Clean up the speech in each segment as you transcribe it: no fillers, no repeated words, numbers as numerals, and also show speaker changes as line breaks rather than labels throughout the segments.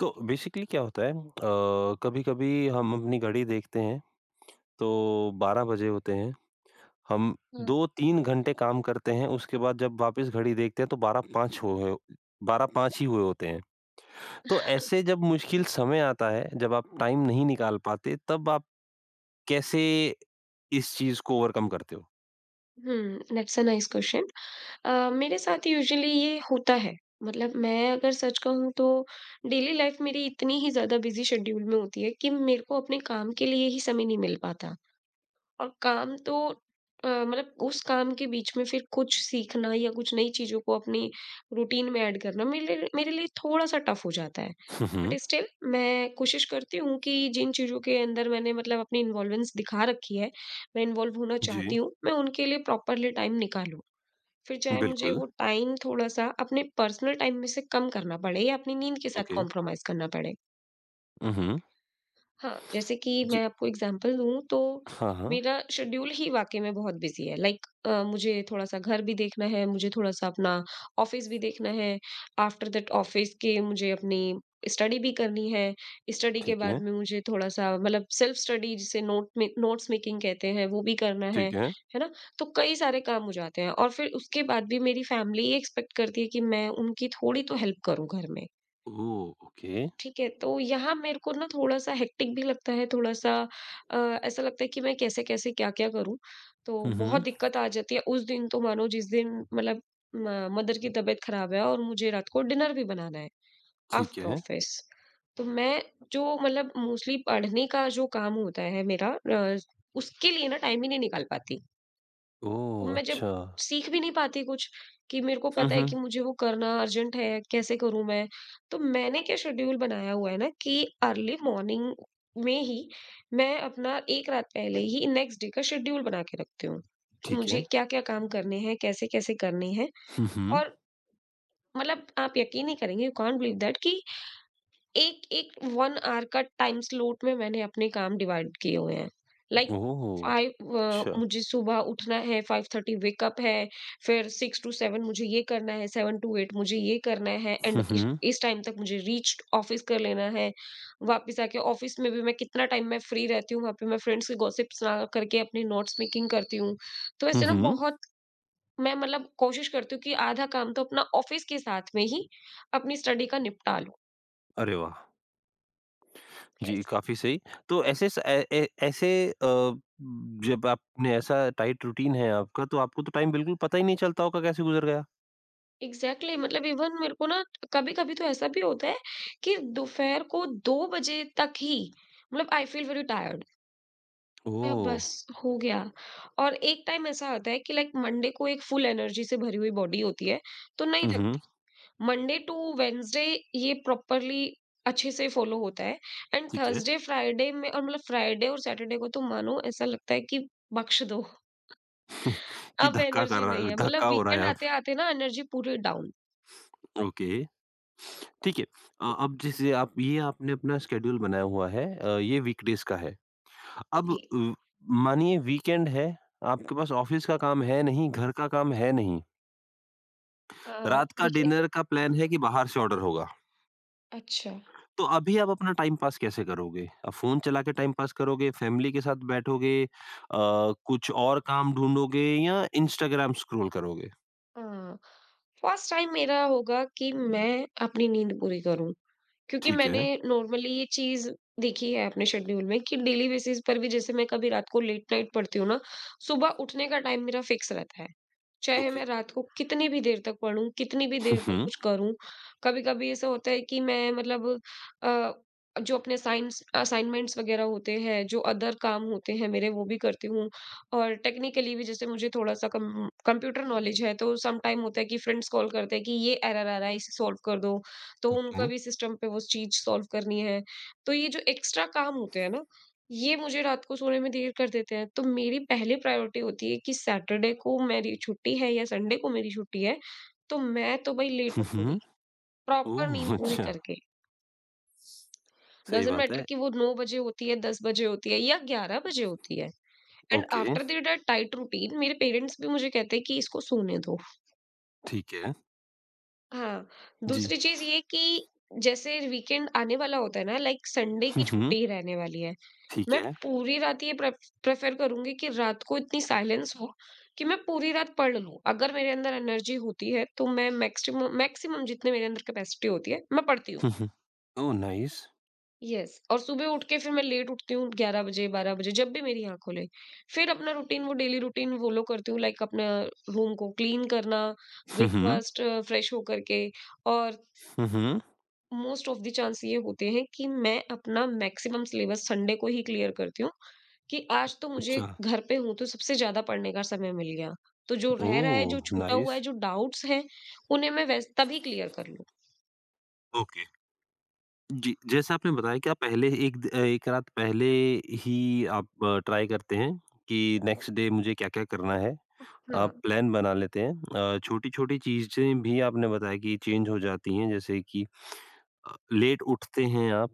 तो बेसिकली क्या होता है? कभी कभी हम अपनी घड़ी देखते हैं, तो बारह बजे होते हैं। हम दो तीन घंटे काम करते हैं, उसके बाद जब वापस घड़ी देखते हैं तो बारह पाँच हो गए। बारह पाँच ही हुए होते हैं। तो ऐसे जब मुश्किल समय आता है, जब आप टाइम नहीं निकाल पाते, तब आप कैसे इस चीज को ओवरकम करते हो?
हम्म, दैट्स अ नाइस क्वेश्चन। मेरे साथ यूजुअली ये होता है। मतलब मैं अगर सच कहूँ तो डेली लाइफ मेरी इतनी ही ज्यादा बिजी शेड्यूल में होती है कि मेरे को अपने काम के लिए ही समय नहीं मिल पाता। और काम तो मतलब उस काम के बीच में फिर कुछ सीखना या कुछ नई चीज़ों को अपनी रूटीन में ऐड करना मेरे लिए थोड़ा-सा टफ हो जाता है। But
hmm.
स्टिल मैं कोशिश करती हूँ कि जिन चीज़ों के अंदर मैंने मतलब अपनी इन्वॉल्वेंस दिखा रखी है, मैं इन्वॉल्व होना
जी।
चाहती हूँ, मैं उनके लिए प्रॉपरली टाइम निकालूँ। फिर चाहे मुझे
बिल्कुल।
वो टाइम थोड़ा-सा अपने पर्सनल टाइम में से कम करना पड़े या अपनी नींद के साथ
ओके।
कॉम्प्रोमाइज़ करना पड़े।
हम्म।
हाँ, जैसे कि
जी।
मैं आपको एग्ज़ाम्पल दूँ तो
हाँ, हाँ।
मेरा शेड्यूल ही वाक़ई में बहुत बिज़ी है। लाइक मुझे थोड़ा-सा घर भी देखना है, मुझे थोड़ा-सा अपना ऑफ़िस भी देखना है। आफ्टर दैट ऑफ़िस के मुझे अपनी स्टडी भी करनी है। स्टडी के
ठीक
बाद
है,
में मुझे थोड़ा-सा मतलब सेल्फ़ स्टडी जिसे नोट में नोट्स मेकिंग कहते हैं, वो भी करना
ठीक है।
है ना? तो कई सारे काम हो जाते हैं और फिर उसके बाद भी मेरी फ़ैमिली ये एक्सपेक्ट करती है कि मैं उनकी थोड़ी तो हेल्प करूँ घर में।
Oh, okay.
ठीक है, तो यहाँ मेरे को ना थोड़ा-सा हेक्टिक भी लगता है, थोड़ा-सा अ, ऐसा लगता है कि मैं कैसे-कैसे, क्या-क्या करूँ? तो
हम्म।
बहुत दिक्कत आ जाती है। उस दिन तो मानो जिस दिन मतलब म मदर की तबीयत खराब है और मुझे रात को डिनर भी बनाना है
ठीक
आफ्टर
है।
ऑफिस। तो मैं जो मतलब मोस्टली पढ़ने का जो काम होता है मेरा उसके लिए ना टाइम ही नहीं निकाल पाती।
ओ,
तो मैं जब
अच्छा।
सीख भी नहीं पाती कुछ कि मेरे को
हुँ,
पता है
हुँ।
कि मुझे वो करना अर्जेंट है, कैसे करूँ मैं? तो मैंने क्या शेड्यूल बनाया हुआ है ना कि अर्ली मॉर्निंग में ही मैं अपना 1 रात पहले ही नेक्स्ट डे का शेड्यूल बना के रखती हूँ, कि
ठीक
मुझे
है।
क्या-क्या काम करने हैं, कैसे-कैसे करने हैं।
हुँ, हुँ।
और मतलब आप यकीन नहीं करेंगे, यू कांट बिलीव दैट कि एक-एक 1 आवर का टाइम स्लॉट में मैंने अपने काम डिवाइड किए हुए हैं। Like
oh!
5
अच्छा।
मुझे सुबह उठना है, 5:30 वेकअप है, फिर 6 टू 7 मुझे ये करना है, 7 टू 8 मुझे ये करना है एंड
हुँ,
इस
हुँ।
इस टाइम तक मुझे रीच ऑफ़िस कर लेना है। वापस आके ऑफ़िस में भी मैं कितना टाइम मैं फ्री रहती हूँ, वहाँ पे मैं फ्रेंड्स के गॉसिप्स ना करके अपने नोट्स मेकिंग करती हूँ। तो
हुँ,
ऐसे ना
हुँ।
बहुत मैं मतलब कोशिश करती हूँ कि आधा काम तो अपना ऑफ़िस के साथ में ही अपनी स्टडी का निपटा लूँ।
अरे वाह! जी,
यस।
काफ़ी सही। तो ऐसे स ए ए ऐसे, जब आपने ऐसा टाइट रूटीन है आपका, तो आपको तो टाइम बिल्कुल पता ही नहीं चलता होगा कैसे गुज़र गया?
एग्जैक्टली, मतलब इवन मेरे को ना कभी कभी तो ऐसा भी होता है कि दोपहर को 2 बजे तक ही मतलब I feel very tired.
Oh!
बस, हो गया। और एक टाइम ऐसा आता है कि लाइक मंडे को एक फुल एनर्जी से भरी हुई बॉडी होती है, तो नहीं
हुँ, हुँ।
थकती। मंडे टू वेंसडे ये प्रॉपरली अच्छे से फॉलो होता है। एंड
ठीक है।
थर्सडे फ्राइडे में और मतलब फ्राइडे और सैटरडे को तो मानो ऐसा लगता है कि बख्श दो,
कि
अब एनर्जी नहीं है।
धक्का
मतलब
हो रहा है
वीकेंड
अब।
आते आते ना एनर्जी पूरी डाउन।
ओके, ठीक है। अब जैसे आप ये आपने अपना स्केड्यूल बनाया हुआ है, ये वीकडेज़ का है। अब
जी
व- मानिए वीकेंड है, आपके पास ऑफिस का काम है नहीं, घर का काम है नहीं,
अ,
रात का
देखिए,
डिनर का प्लान है कि बाहर से ऑर्डर होगा,
अच्छा,
तो अभी आप अपना टाइम पास कैसे करोगे? आप फोन चला के टाइम पास करोगे, फैमिली के साथ बैठोगे, कुछ और काम ढूंढोगे, या इंस्टाग्राम स्क्रॉल करोगे?
हाँ। फर्स्ट टाइम मेरा होगा कि मैं अपनी नींद पूरी करूँ, क्योंकि
ठीक
मैंने
है।
नॉर्मली ये चीज़ देखी है अपने शेड्यूल में कि डेली बेसिस पर भी जैसे मैं कभी रात को लेट नाइट पढ़ती हूँ ना, सुबह उठने का टाइम मेरा फिक्स रहता है। चाहे
ओके।
मैं रात को कितनी भी देर तक पढूँ, कितनी भी देर तक
हम्म,
कुछ करूँ। कभी-कभी ऐसा होता है कि मैं मतलब अ, जो अपने साइंस असाइनमेंट्स वगैरह होते हैं, जो अदर काम होते हैं मेरे वो भी करती हूँ। और टेक्निकली भी जैसे मुझे थोड़ा-सा कम कंप्यूटर नॉलेज है तो सम टाइम होता है कि फ्रेंड्स कॉल करते हैं कि ये एरर आ रहा है इसे सॉल्व कर दो। तो
हम्म।
उनका
ओके।
भी सिस्टम पे वो चीज़ सॉल्व करनी है। तो ये जो एक्स्ट्रा काम होते हैं ना ये मुझे रात को सोने में देर कर देते हैं। तो मेरी पहली प्रायोरिटी होती है कि सैटरडे को मेरी छुट्टी है या संडे को मेरी छुट्टी है, तो मैं तो भई लेट
हम्म।
उठूँगी, प्रॉपर नींद
ओह,
पूरी
अच्छा।
करके।
सही
डज़न्ट
बात
मैटर
है।
कि वो 9 बजे होती है, 10 बजे होती है या 11 बजे होती है। And
okay.
After that tight routine मेरे पेरेंट्स भी मुझे कहते हैं कि इसको सोने दो।
ठीक है।
हाँ,
जी।
दूसरी चीज़ ये कि जैसे वीकेंड आने वाला होता है ना लाइक संडे की
हम्म।
छुट्टी ही रहने वाली है।
ठीक
मैं
है।
पूरी रात ये प्रेफ़र करूँगी कि रात को इतनी साइलेंस हो कि मैं पूरी रात पढ़ लूँ। अगर मेरे अंदर एनर्जी होती है तो मैं मैक्सिमम मैक्सिमम जितने मेरे अंदर कैपेसिटी होती है मैं पढ़ती हूँ।
हम्म। Oh, nice.
यस। और सुबह उठ के फिर मैं लेट उठती हूँ 11 बजे, 12 बजे जब भी मेरी आँख खुले। फिर अपना रूटीन, वो डेली रूटीन फ़ॉलो करती हूँ, लाइक अपना रूम को क्लीन करना,
हम्म,
ब्रेकफ़ास्ट, फ्रेश होकर के। और
hmm. Hmm.
Most of the chance ये होते हैं कि मैं अपना मैक्सिमम सिलेबस संडे को ही क्लियर करती हूँ। कि आज तो मुझे
अच्छा।
घर पे हूँ तो सबसे ज़्यादा पढ़ने का समय मिल गया। तो जो रह रहा है, जो
ओह!
छूटा हुआ
नाइस।
है, जो डाउट्स हैं, उन्हें मैं वैस तभी क्लियर कर लूँ।
ओके। जी, जैसे आपने बताया कि आप पहले एक रात पहले ही आप ट्राई करते हैं कि नेक्स्ट डे मुझे क्या-क्या करना है। आप
हाँ।
प्लान बना लेते हैं। छोटी-छोटी चीज़ें भी आपने बताया कि चेंज हो जाती हैं, जैसे कि लेट उठते हैं आप,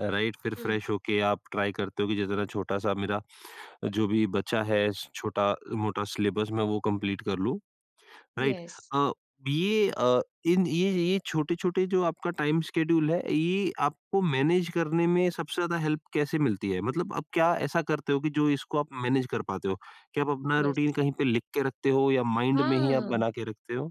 राइट? फिर
हुँ।
फ्रेश होके आप ट्राई करते हो कि जितना छोटा-सा मेरा जो भी बचा है, छोटा-मोटा सिलेबस मैं वो कंप्लीट कर लूँ। राइट।
येस,
अ, ये अ, इन ये छोटे-छोटे जो आपका टाइम शेड्यूल है, ये आपको मैनेज करने में सबसे ज़्यादा हेल्प कैसे मिलती है? मतलब आप क्या ऐसा करते हो कि जो इसको आप मैनेज कर पाते हो? क्या आप अपना
येस।
रूटीन कहीं पे लिख के रखते हो या माइंड में ही आप
हाँ,
बना के रखते हो?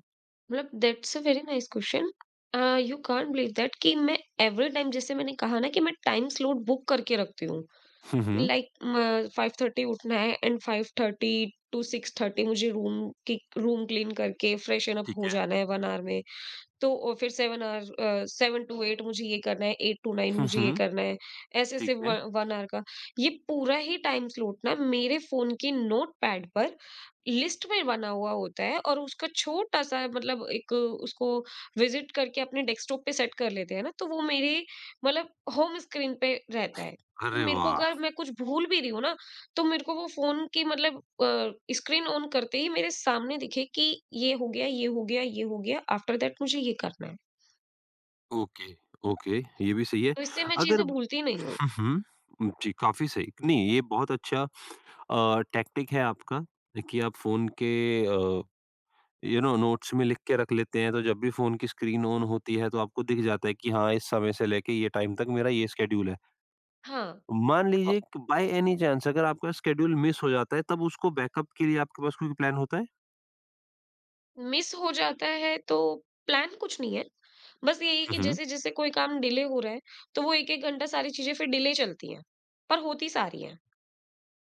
मतलब that's a very nice question. Uh, you can't believe that कि मैं एवरी टाइम, जैसे मैंने कहा ना, कि मैं टाइम स्लॉट बुक करके रखती हूँ।
हुँ, हुँ।
लाइक म 5:30 उठना है एंड 5:30 टू 6:30 मुझे रूम क्लीन करके फ्रेशन अप
ठीक
हो
है।
जाना है 1 ऑवर में। तो फिर 7 आवर 7 टू 8 मुझे ये करना है, 8 टू 9
हुँ,
मुझे ये
हुँ।
करना है, ऐसे-ऐसे
ठीक है।
व 1 आवर का। ये पूरा ही टाइम स्लॉट ना मेरे फ़ोन के नोटपैड पर लिस्ट में बना हुआ होता है, और उसका छोटा-सा मतलब एक, उसको विज़िट करके अपने डेस्कटॉप पे सेट कर लेते हैं ना, तो वो मेरे मतलब होम स्क्रीन पे रहता है। तो
अरे
मेरे को
वाह!
अगर मैं कुछ भूल भी रही हूँ ना, तो मेरे को वो फ़ोन की मतलब अ, स्क्रीन ऑन करते ही मेरे सामने दिखे कि ये हो गया, ये हो गया, ये हो गया, आफ्टर दैट मुझे ये करना है।
Okay, okay. ये भी सही है।
तो इससे मैं
अगर…
चीज़ें
हुँ,
भूलती नहीं हूँ।
हुँ। जी, काफ़ी सही। नहीं, ये बहुत अच्छा टैक्टिक है आपका कि आप फ़ोन के अ नोट्स में लिख के रख लेते हैं, तो जब भी फोन की स्क्रीन ऑन होती है तो आपको दिख जाता है कि हाँ, इस समय से लेके ये टाइम तक मेरा ये स्केड्यूल है।
हाँ।
मान
अ,
लीजिए बाय एनी चांस अगर आपका स्केड्यूल मिस हो जाता है, तब उसको बैकअप के लिए आपके पास कोई प्लान होता है?
मिस हो जाता है तो प्लान कुछ नहीं है। बस यही है कि
हम्म।
जैसे-जैसे कोई काम डिले हो रहा है, तो वो 1-1 घंटा सारी चीज़ें फिर डिले चलती हैं, पर होती सारी हैं।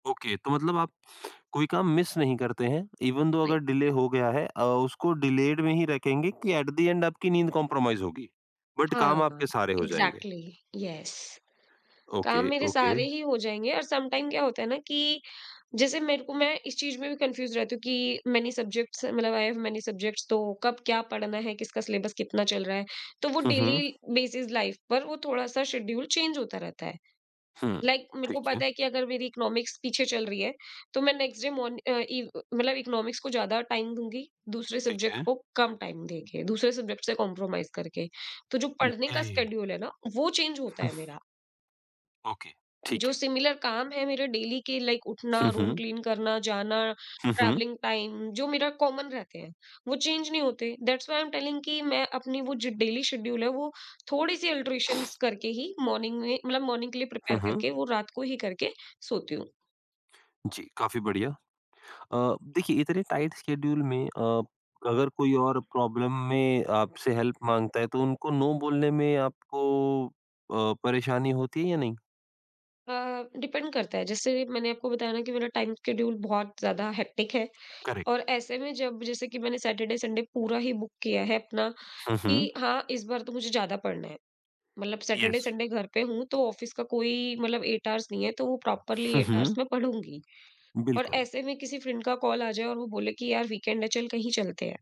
ओके, तो मतलब आप कोई काम मिस नहीं करते हैं इवन दो अगर
नहीं,
डिले हो गया है, उसको डिलेड में ही रखेंगे कि एट द एंड आपकी नींद कॉम्प्रोमाइज होगी, बट काम
हाँ।
आपके सारे हो जाएंगे।
Exactly, yes.
ओके,
काम मेरे
ओके।
सारे ही हो जाएँगे, और सम टाइम क्या होता है ना कि जैसे मेरे को, मैं इस चीज़ में भी कन्फ्यूज़ रहती हूँ कि मेनी सब्जेक्ट्स मतलब आई हैव मेनी सब्जेक्ट्स, तो कब क्या पढ़ना है, किसका सिलेबस कितना चल रहा है। तो वो
hmm, hmm.
Daily basis life पर वो थोड़ा-सा शेड्यूल चेंज होता रहता है।
हम्म,
लाइक, मेरे को
ठीक है।
पता है कि अगर मेरी इकोनॉमिक्स पीछे चल रही है, तो मैं नेक्स्ट डे मॉर्न अ, इव मतलब इकोनॉमिक्स को ज़्यादा टाइम दूँगी, दूसरे
ठीक
सब्जेक्ट
है।
को कम टाइम देके, दूसरे सब्जेक्ट से कॉम्प्रोमाइज़ करके। तो जो पढ़ने का
ओके,
स्केड्यूल है ना, वो चेंज होता है मेरा।
ओके। ठीक
जो
है।
सिमिलर काम है मेरे डेली के लाइक उठना,
हम्म,
रूम क्लीन करना, जाना,
हुँ, हुँ।
ट्रैवलिंग टाइम जो मेरा कॉमन रहते हैं, वो चेंज नहीं होते। That's why I am telling कि मैं अपनी वो जो डेली शेड्यूल है वो थोड़ी-सी अल्टरेशंस करके ही मॉर्निंग में, मतलब मॉर्निंग के लिए
हुँ,
प्रिपेयर
हुँ।
करके, वो रात को ही करके सोती हूँ।
जी, काफ़ी बढ़िया। देखिए इतने टाइट शेड्यूल में, अगर कोई और प्रॉब्लम में आपसे हेल्प माँगता है, तो उनको नो बोलने में आपको परेशानी होती है या नहीं?
अ, डिपेंड करता है, जैसे मैंने आपको बताया ना कि मेरा टाइम शेड्यूल बहुत ज़्यादा हेक्टिक है, और
करेक्ट।
ऐसे में जब जैसे कि मैंने सैटरडे, संडे पूरा ही बुक किया है अपना
हुँ, हुँ।
कि हाँ, इस बार तो मुझे ज़्यादा पढ़ना है। मतलब सैटरडे
यस।
संडे घर पे हूँ तो ऑफिस का कोई मतलब 8 आवर्स नहीं है तो वो प्रॉपरली
हुँ,
8 आवर्स
हुँ।
मैं पढ़ूंगी। और
बिल्कुल।
ऐसे में किसी फ्रेंड का कॉल आ जाए और वो बोले कि यार वीकेंड है चल कहीं चलते हैं,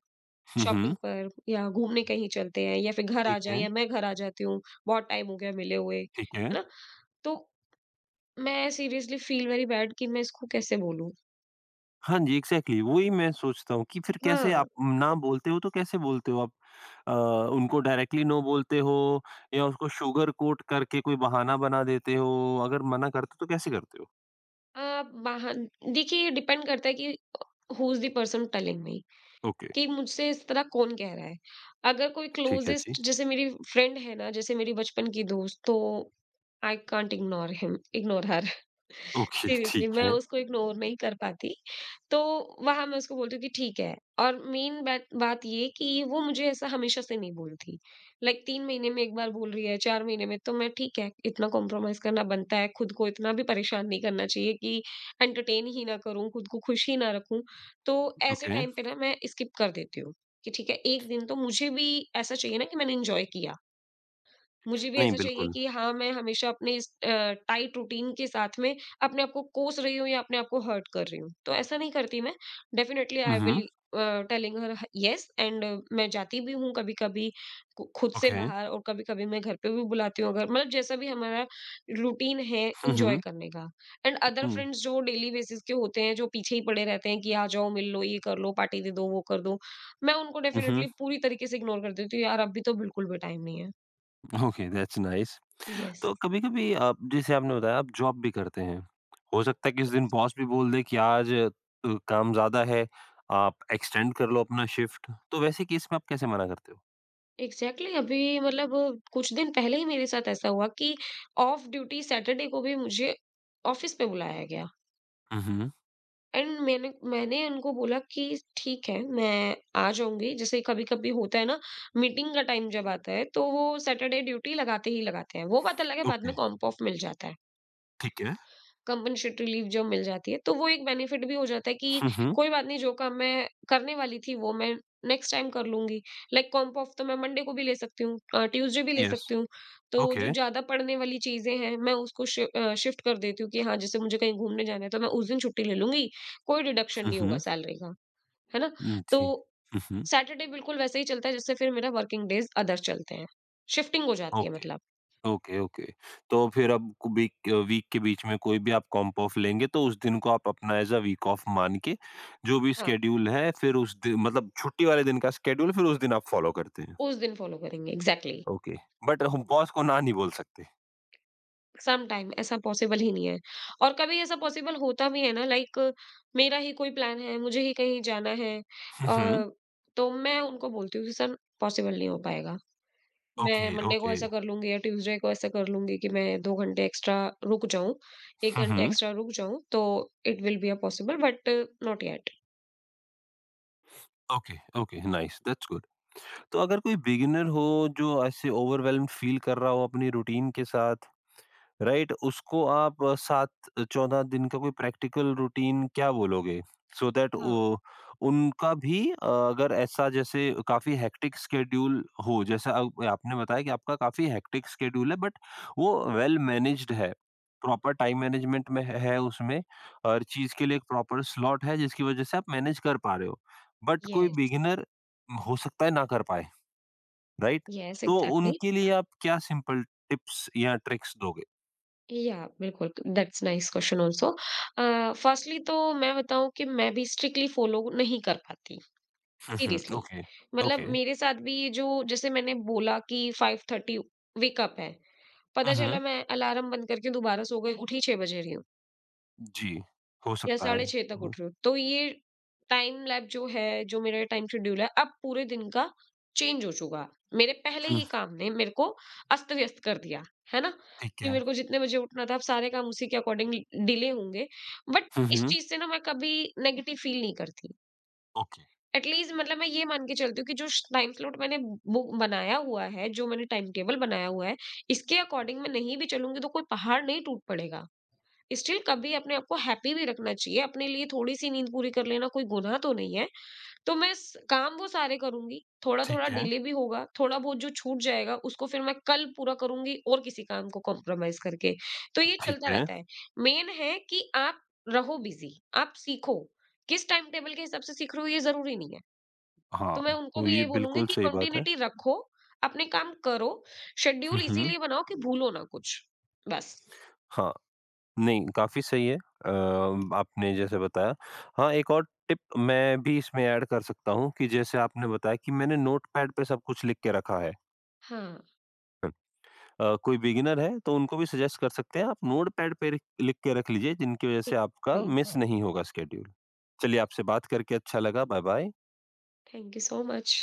हुँ,
शॉपिंग
हुँ।
पर या घूमने कहीं चलते हैं, या फिर घर आ
ठीक
जाए
है,
या मैं घर आ जाती हूँ, बहुत टाइम हो गया मिले हुए,
ठीक है।
है ना? तो मैं सीरियसली फील वेरी बैड कि मैं इसको कैसे बोलूँ?
हाँ जी, एग्ज़ैक्टली वही मैं सोचता हूँ कि फिर कैसे
हाँ,
आप ना बोलते हो? तो कैसे बोलते हो आप? अ, उनको डायरेक्टली नो बोलते हो या उसको शुगर कोट करके कोई बहाना बना देते हो? अगर मना करते हो तो कैसे करते हो?
आप बाहन देखिए ये डिपेंड करता है कि who is the person telling me.
Okay.
कि मुझसे इस तरह कौन कह रहा है। अगर कोई
ठीक है जी।
क्लोज़ेस्ट जैसे मेरी फ्रेंड है ना, जैसे मेरी बचपन की दोस्त, तो I can't ignore her.
Okay,
seriously
ठीक
मैं
है।
उसको इग्नोर नहीं कर पाती। तो वहाँ मैं उसको बोलती हूँ कि ठीक है। और मेन बैट बात ये कि वो मुझे ऐसा हमेशा से नहीं बोलती। लाइक 3 महीने में 1 बार बोल रही है, 4 महीने में, तो मैं ठीक है, इतना कॉम्प्रोमाइज़ करना बनता है, खुद को इतना भी परेशान नहीं करना चाहिए कि एंटरटेन ही ना करूँ, खुद को खुश ही ना रखूँ। तो ऐसे
ओके।
टाइम पे ना मैं स्किप कर देती हूँ कि ठीक है, 1 दिन तो मुझे भी ऐसा चाहिए ना कि मैंने एन्जॉय किया। मुझे भी
नहीं,
ऐसा चाहिए
बिल्कुल।
कि हाँ, मैं हमेशा अपने इस टाइट रूटीन के साथ में अपने आप को कोस रही हूँ या अपने आप को हर्ट कर रही हूँ। तो ऐसा नहीं करती मैं। डेफ़िनिटली आई
उहुँ,
विल अ, टेलिंग हर ह येस। एंड मैं जाती भी हूँ कभी-कभी खु खुद से
ओके।
बाहर, और कभी-कभी मैं घर पे भी बुलाती हूँ, अगर मतलब जैसा भी हमारा रूटीन है
हुँ,
एन्जॉय
हुँ।
करने का। एंड अदर
हुँ।
फ्रेंड्स जो डेली बेसिस के होते हैं, जो पीछे ही पड़े रहते हैं कि आ जाओ, मिल लो, ये कर लो, पार्टी दे दो, वो कर दो। मैं उनको
उहुँ,
डेफ़िनिटली पूरी तरीके से इग्नोर कर देती हूँ, यार अभी तो बिल्कुल भी टाइम नहीं है।
Okay, that's nice.
येस।
तो कभी-कभी आप, जैसे आपने बताया, आप जॉब भी करते हैं। हो सकता है कि उस दिन बॉस भी बोल दे कि आज काम ज़्यादा है, आप एक्सटेंड कर लो अपना शिफ्ट, तो वैसे केस में आप कैसे मना करते हो?
एग्जैक्टली exactly, अभी मतलब कुछ दिन पहले ही मेरे साथ ऐसा हुआ कि ऑफ ड्यूटी सैटरडे को भी मुझे ऑफिस पे बुलाया गया।
हुँ, हुँ।
एंड मैंने मैंने उनको बोला कि ठीक है मैं आ जाऊंगी। जैसे कभी कभी होता है ना, मीटिंग का टाइम जब आता है तो वो सैटरडे ड्यूटी लगाते ही लगाते हैं, वो पता लगे बाद में
ओके,
कॉम्प ऑफ मिल जाता है,
ठीक है।
कंपनसेटरी लीव जो मिल जाती है, तो वो एक बेनिफिट भी हो जाता है कि
हुँ, हुँ।
कोई बात नहीं, जो काम मैं करने वाली थी, वो मैं नेक्स्ट टाइम कर लूँगी। लाइक कॉम्प ऑफ तो मैं मंडे को भी ले सकती हूँ, ट्यूसडे भी ले
यस,
सकती हूँ। तो
ओके।
जो ज़्यादा पड़ने वाली चीज़ें हैं, मैं उसको शिफ्ट कर देती हूँ कि हाँ, जैसे मुझे कहीं घूमने जाना है, तो मैं उस दिन छुट्टी ले लूँगी, कोई डिडक्शन
हुँ,
नहीं होगा
हुँ।
सैलरी का, है ना?
हुँ,
तो
जी। हुँ, हुँ।
सैटरडे बिल्कुल वैसे ही चलता है, जैसे फिर मेरा वर्किंग डेज़ अदर चलते हैं। शिफ्टिंग हो जाती है
ओके।
मतलब।
Okay, okay. तो फिर अब कु वीक वीक के बीच में कोई भी आप कॉम्प ऑफ लेंगे तो उस दिन को आप अपना एज़ अ वीक ऑफ मान के जो भी
हाँ,
स्केड्यूल है, फिर उस दिन, मतलब छुट्टी वाले दिन का स्केड्यूल फिर उस दिन आप फ़ॉलो करते हैं।
उस दिन फॉलो करेंगे। एग्ज़ैक्टली।
ओके, बट हम बॉस को ना नहीं बोल सकते।
सम टाइम ऐसा पॉसिबल ही नहीं है, और कभी ऐसा पॉसिबल होता भी है ना, लाइक मेरा ही कोई प्लान है, मुझे ही कहीं जाना है,
हुँ, हुँ।
तो मैं उनको बोलती हूँ कि सर पॉसिबल नहीं हो पाएगा।
ओके,
मैं मंडे को
ओके।
ऐसा कर लूंगी या ट्यूसडे को ऐसा कर लूंगी कि मैं दो घंटे एक्स्ट्रा रुक जाऊं, एक
हुँ,
घंटे
हुँ।
एक्स्ट्रा रुक जाऊं, तो it will be a possible, but not yet.
Okay, okay, nice that's good. तो अगर कोई बिगिनर हो जो ऐसे ओवरवेल्म्ड फ़ील कर रहा हो अपनी रूटीन के साथ, राइट, उसको आप 7-14 दिन का कोई प्रैक्टिकल रूटीन क्या बोलोगे? सो दैट
हाँ।
वो उनका भी, अगर ऐसा जैसे काफ़ी हेक्टिक शेड्यूल हो, जैसा अब आपने बताया कि आपका काफ़ी हेक्टिक शेड्यूल है, बट वो वेल मैनेज्ड है। प्रॉपर टाइम मैनेजमेंट में है उसमें, हर चीज़ के लिए एक प्रॉपर स्लॉट है, जिसकी वज़ह से आप मैनेज कर पा रहे हो। बट कोई
यस।
बिगिनर हो सकता है ना कर पाए, राइट?
यस,
तो
एग्जैक्टली।
उनके लिए आप क्या सिंपल टिप्स या ट्रिक्स दोगे?
या बिल्कुल, that's nice question also. Firstly तो मैं बताऊं कि मैं भी स्ट्रिक्टली फॉलो नहीं कर पाती,
उहुँ,
सीरियसली।
ओके,
मतलब
ओके।
मेरे साथ भी ये जो, जैसे मैंने बोला कि 5:30 वेकअप है, पता
उहुँ,
चला मैं अलार्म बंद करके दोबारा सो गई, उठी 6 बज रही हूँ
जी, हो
या
सकता है।
6:30 तक
हुँ,
उठ रही हूँ, तो ये टाइम लैप जो है, जो मेरा टाइम शेड्यूल है अब पूरे दिन का, चेंज हो चुका। मेरे पहले
हुँ,
ही काम ने मेरे को अस्त व्यस्त कर दिया, है ना,
ठीक
कि
है।
मेरे को जितने बजे उठना था, अब सारे काम उसी के अकॉर्डिंग डिले होंगे। बट
हुँ,
इस
हुँ।
चीज से ना मैं कभी नेगेटिव फील नहीं करती।
ओके,
एटलीस्ट मतलब मैं ये मान के चलती हूँ कि जो श टाइम स्लॉट मैंने बुक बनाया हुआ है, जो मैंने टाइम टेबल बनाया हुआ है, इसके अकॉर्डिंग मैं नहीं भी चलूँगी तो कोई पहाड़ नहीं टूट पड़ेगा। स्टिल कभी अपने आप को हैप्पी भी रखना चाहिए, अपने लिए थोड़ी-सी नींद पूरी कर लेना कोई गुनाह तो नहीं है। तो मैं स काम वो सारे करूँगी, थोड़ा-थोड़ा
ठीक है,
डिले भी होगा, थोड़ा बहुत जो छूट जाएगा उसको फिर मैं कल पूरा करूँगी और किसी काम को कॉम्प्रोमाइज़ करके। तो ये
ठीक
चलता
है।
रहता है। मेन है कि आप रहो बिज़ी, आप सीखो। किस टाइम टेबल के हिसाब से सीख रहे हो ये ज़रूरी नहीं है।
हाँ,
तो मैं उनको
वो
भी
ये
यही बोलूँगी
बिल्कुल
कि
सही बात है।
कंटिन्यूटी रखो, अपने काम करो,
हुँ,
शेड्यूल
हुँ।
इसीलिए बनाओ कि भूलो ना कुछ, बस।
हाँ, नहीं काफ़ी सही है। आपने जैसे बताया। हाँ, एक और टिप मैं भी इसमें ऐड कर सकता हूँ कि जैसे आपने बताया कि मैंने नोटपैड पे सब कुछ लिख के रखा है।
हाँ,
कोई बिगिनर है तो उनको भी सजेस्ट कर सकते हैं आप, नोटपैड पे रिख लिख के रख लीजिए, जिनकी वज़ह से आपका
एग्ज़ैक्टली।
मिस नहीं होगा स्केड्यूल। चलिए, आपसे बात करके अच्छा लगा, bye bye.
Thank you so much.